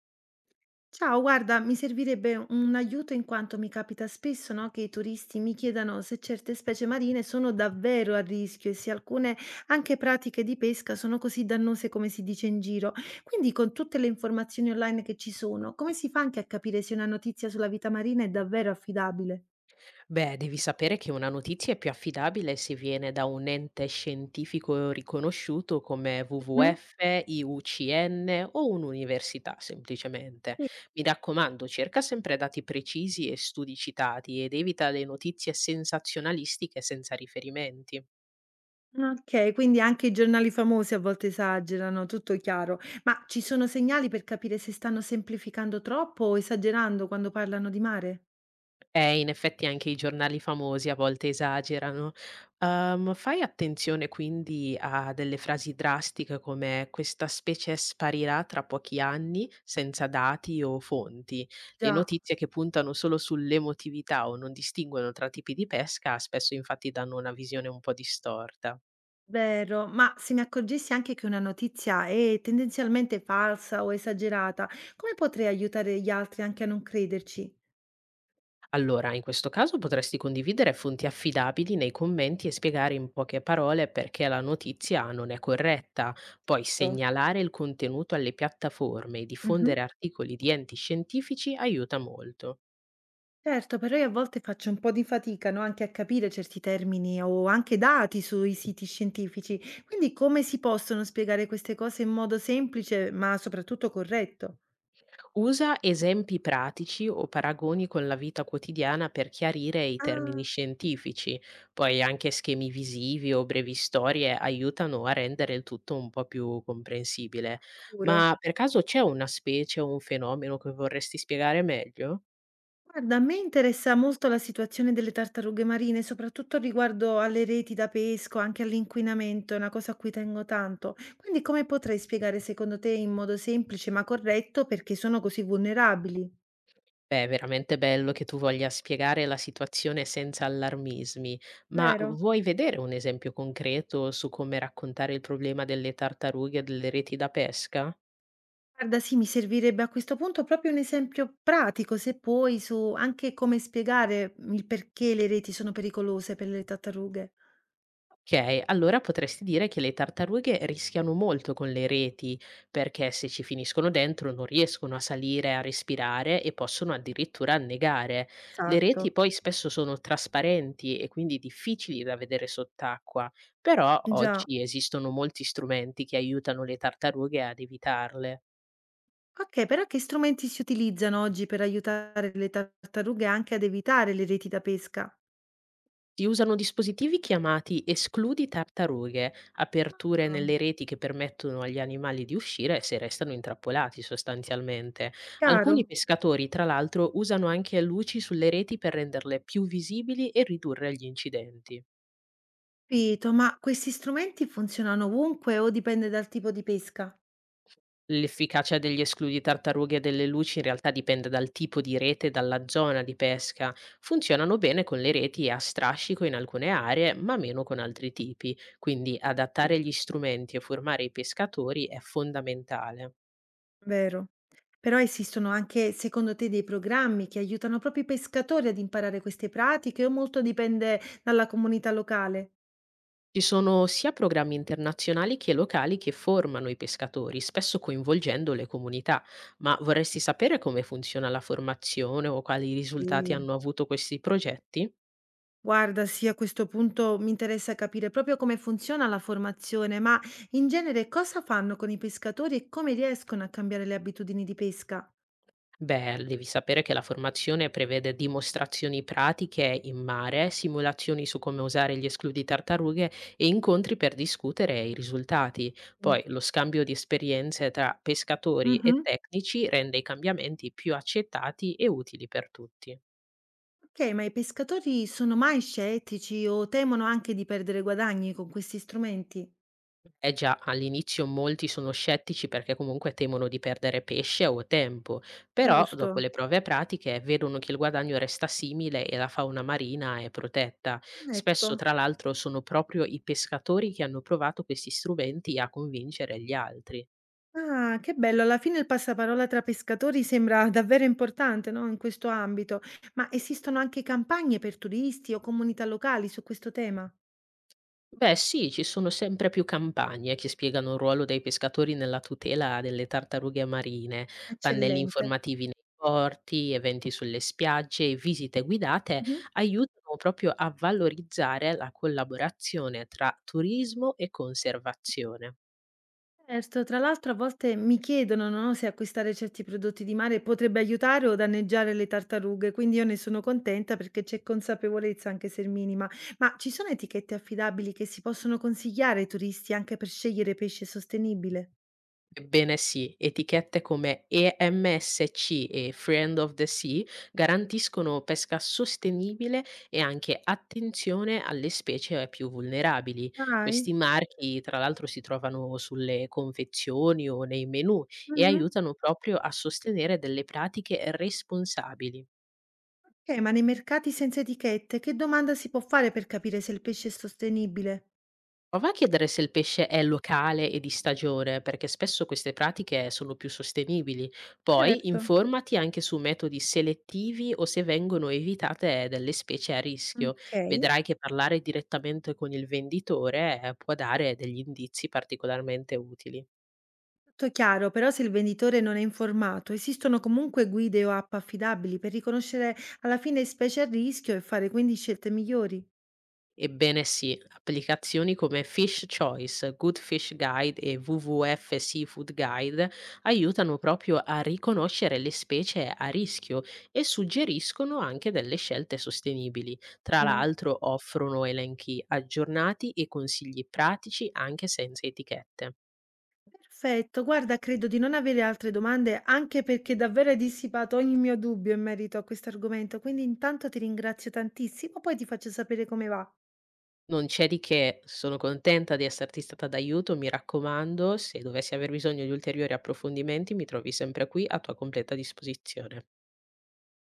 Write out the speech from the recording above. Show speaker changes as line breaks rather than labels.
Ciao, guarda, mi servirebbe un aiuto in quanto mi capita spesso, no, che i turisti mi chiedano se certe specie marine sono davvero a rischio e se alcune anche pratiche di pesca sono così dannose come si dice in giro. Quindi, con tutte le informazioni online che ci sono, come si fa anche a capire se una notizia sulla vita marina è davvero affidabile?
Beh, devi sapere che una notizia è più affidabile se viene da un ente scientifico riconosciuto come
Mhm.
WWF, IUCN o un'università, semplicemente.
Sì.
Mi raccomando, cerca sempre dati precisi e studi citati ed evita le notizie sensazionalistiche senza riferimenti.
Ok, quindi anche i giornali famosi a volte esagerano, tutto chiaro. Ma ci sono segnali per capire se stanno semplificando troppo o esagerando quando parlano di mare?
In effetti anche i giornali famosi a volte esagerano. Fai attenzione quindi a delle frasi drastiche come "questa specie sparirà tra pochi anni", senza dati o fonti. Le
Già.
notizie che puntano solo sull'emotività o non distinguono tra tipi di pesca spesso infatti danno una visione un po' distorta.
Vero, ma se mi accorgessi anche che una notizia è tendenzialmente falsa o esagerata, come potrei aiutare gli altri anche a non crederci?
Allora, in questo caso potresti condividere fonti affidabili nei commenti e spiegare in poche parole perché la notizia non è corretta, poi
Giusto?
segnalare il contenuto alle piattaforme e
Mhm.
diffondere articoli di enti scientifici aiuta molto.
Certo, però io a volte faccio un po' di fatica, no, anche a capire certi termini o anche dati sui siti scientifici. Quindi come si possono spiegare queste cose in modo semplice, ma soprattutto corretto?
Usa esempi pratici o paragoni con la vita quotidiana per chiarire i termini
Ah,
scientifici, poi anche schemi visivi o brevi storie aiutano a rendere il tutto un po' più comprensibile.
sicuro.
Ma per caso c'è una specie o un fenomeno che vorresti spiegare meglio?
Guarda, a me interessa molto la situazione delle tartarughe marine, soprattutto riguardo alle reti da pesco, anche all'inquinamento, è una cosa a cui tengo tanto. Quindi come potrei spiegare secondo te in modo semplice ma corretto perché sono così vulnerabili?
Beh, è veramente bello che tu voglia spiegare la situazione senza allarmismi, ma
Vero?
vuoi vedere un esempio concreto su come raccontare il problema delle tartarughe e delle reti da pesca?
Guarda, sì, mi servirebbe a questo punto proprio un esempio pratico, se puoi, su anche come spiegare il perché le reti sono pericolose per le tartarughe.
Okay, allora potresti dire che le tartarughe rischiano molto con le reti, perché se ci finiscono dentro non riescono a salire, a respirare e possono addirittura annegare. Le reti
Esatto.
poi spesso sono trasparenti e quindi difficili da vedere sott'acqua, però
Già.
oggi esistono molti strumenti che aiutano le tartarughe ad evitarle.
Okay, però che strumenti si utilizzano oggi per aiutare le tartarughe anche ad evitare le reti da pesca?
Si usano dispositivi chiamati escludi tartarughe, aperture
Ah,
nelle reti che permettono agli animali di uscire se restano intrappolati sostanzialmente.
chiaro,
Alcuni pescatori, tra l'altro, usano anche luci sulle reti per renderle più visibili e ridurre gli incidenti.
capito, ma questi strumenti funzionano ovunque o dipende dal tipo di pesca?
L'efficacia degli escludi tartarughe e delle luci in realtà dipende dal tipo di rete e dalla zona di pesca. Funzionano bene con le reti a strascico in alcune aree, ma meno con altri tipi, quindi
Sì.
adattare gli strumenti e formare i pescatori è fondamentale.
Vero. Però esistono anche, secondo te, dei programmi che aiutano proprio i pescatori ad imparare queste pratiche o molto dipende dalla comunità locale?
Ci sono sia programmi internazionali che locali che formano i pescatori, spesso coinvolgendo le comunità, ma vorresti sapere come funziona la formazione o quali risultati
Sì,
hanno avuto questi progetti?
guarda, sì, a questo punto mi interessa capire proprio come funziona la formazione, ma in genere cosa fanno con i pescatori e come riescono a cambiare le abitudini di pesca?
Beh, devi sapere che la formazione prevede dimostrazioni pratiche in mare, simulazioni su come usare gli escludi tartarughe e incontri per discutere i risultati. Poi
No.
lo scambio di esperienze tra pescatori e
Mhm.
tecnici rende i cambiamenti più accettati e utili per tutti.
Ok, ma i pescatori sono mai scettici o temono anche di perdere guadagni con questi strumenti?
Eh già, all'inizio molti sono scettici perché comunque temono di perdere pesce o tempo, però dopo
Giusto.
le prove pratiche vedono che il guadagno resta simile e la fauna marina è protetta.
Ecco.
Spesso, tra l'altro, sono proprio i pescatori che hanno provato questi strumenti a convincere gli altri.
Ah, che bello, alla fine il passaparola tra pescatori sembra davvero importante, no, in questo ambito. Ma esistono anche campagne per turisti o comunità locali su questo tema?
Beh sì, ci sono sempre più campagne che spiegano il ruolo dei pescatori nella tutela delle tartarughe marine, pannelli
Eccellente.
informativi nei porti, eventi sulle spiagge e visite guidate
Mh-mh.
aiutano proprio a valorizzare la collaborazione tra turismo e conservazione.
Certo, tra l'altro a volte mi chiedono, no, se acquistare certi prodotti di mare potrebbe aiutare o danneggiare le tartarughe, quindi io ne sono contenta perché c'è consapevolezza anche se minima. Ma ci sono etichette affidabili che si possono consigliare ai turisti anche per scegliere pesce sostenibile?
Ebbene sì, etichette come EMSC e Friend of the Sea garantiscono pesca sostenibile e anche attenzione alle specie più vulnerabili. Questi
Dai.
marchi, tra l'altro, si trovano sulle confezioni o nei menu e
Mh-mh.
aiutano proprio a sostenere delle pratiche responsabili.
Okay, ma nei mercati senza etichette che domanda si può fare per capire se il pesce è sostenibile?
Prova a chiedere se il pesce è locale e di stagione, perché spesso queste pratiche sono più sostenibili. Poi
Certo.
informati anche su metodi selettivi o se vengono evitate delle specie a rischio.
Okay.
Vedrai che parlare direttamente con il venditore può dare degli indizi particolarmente utili.
Tutto chiaro, però se il venditore non è informato, esistono comunque guide o app affidabili per riconoscere alla fine specie a rischio e fare quindi scelte migliori.
Ebbene sì, applicazioni come Fish Choice, Good Fish Guide e WWF Seafood Guide aiutano proprio a riconoscere le specie a rischio e suggeriscono anche delle scelte sostenibili. Tra
Ottimo.
l'altro offrono elenchi aggiornati e consigli pratici anche senza etichette.
Perfetto, guarda, credo di non avere altre domande, anche perché davvero hai dissipato ogni mio dubbio in merito a questo argomento, quindi intanto ti ringrazio tantissimo, poi ti faccio sapere come va.
Non c'è di che, sono contenta di esserti stata d'aiuto, mi raccomando, se dovessi aver bisogno di ulteriori approfondimenti mi trovi sempre qui a tua completa disposizione.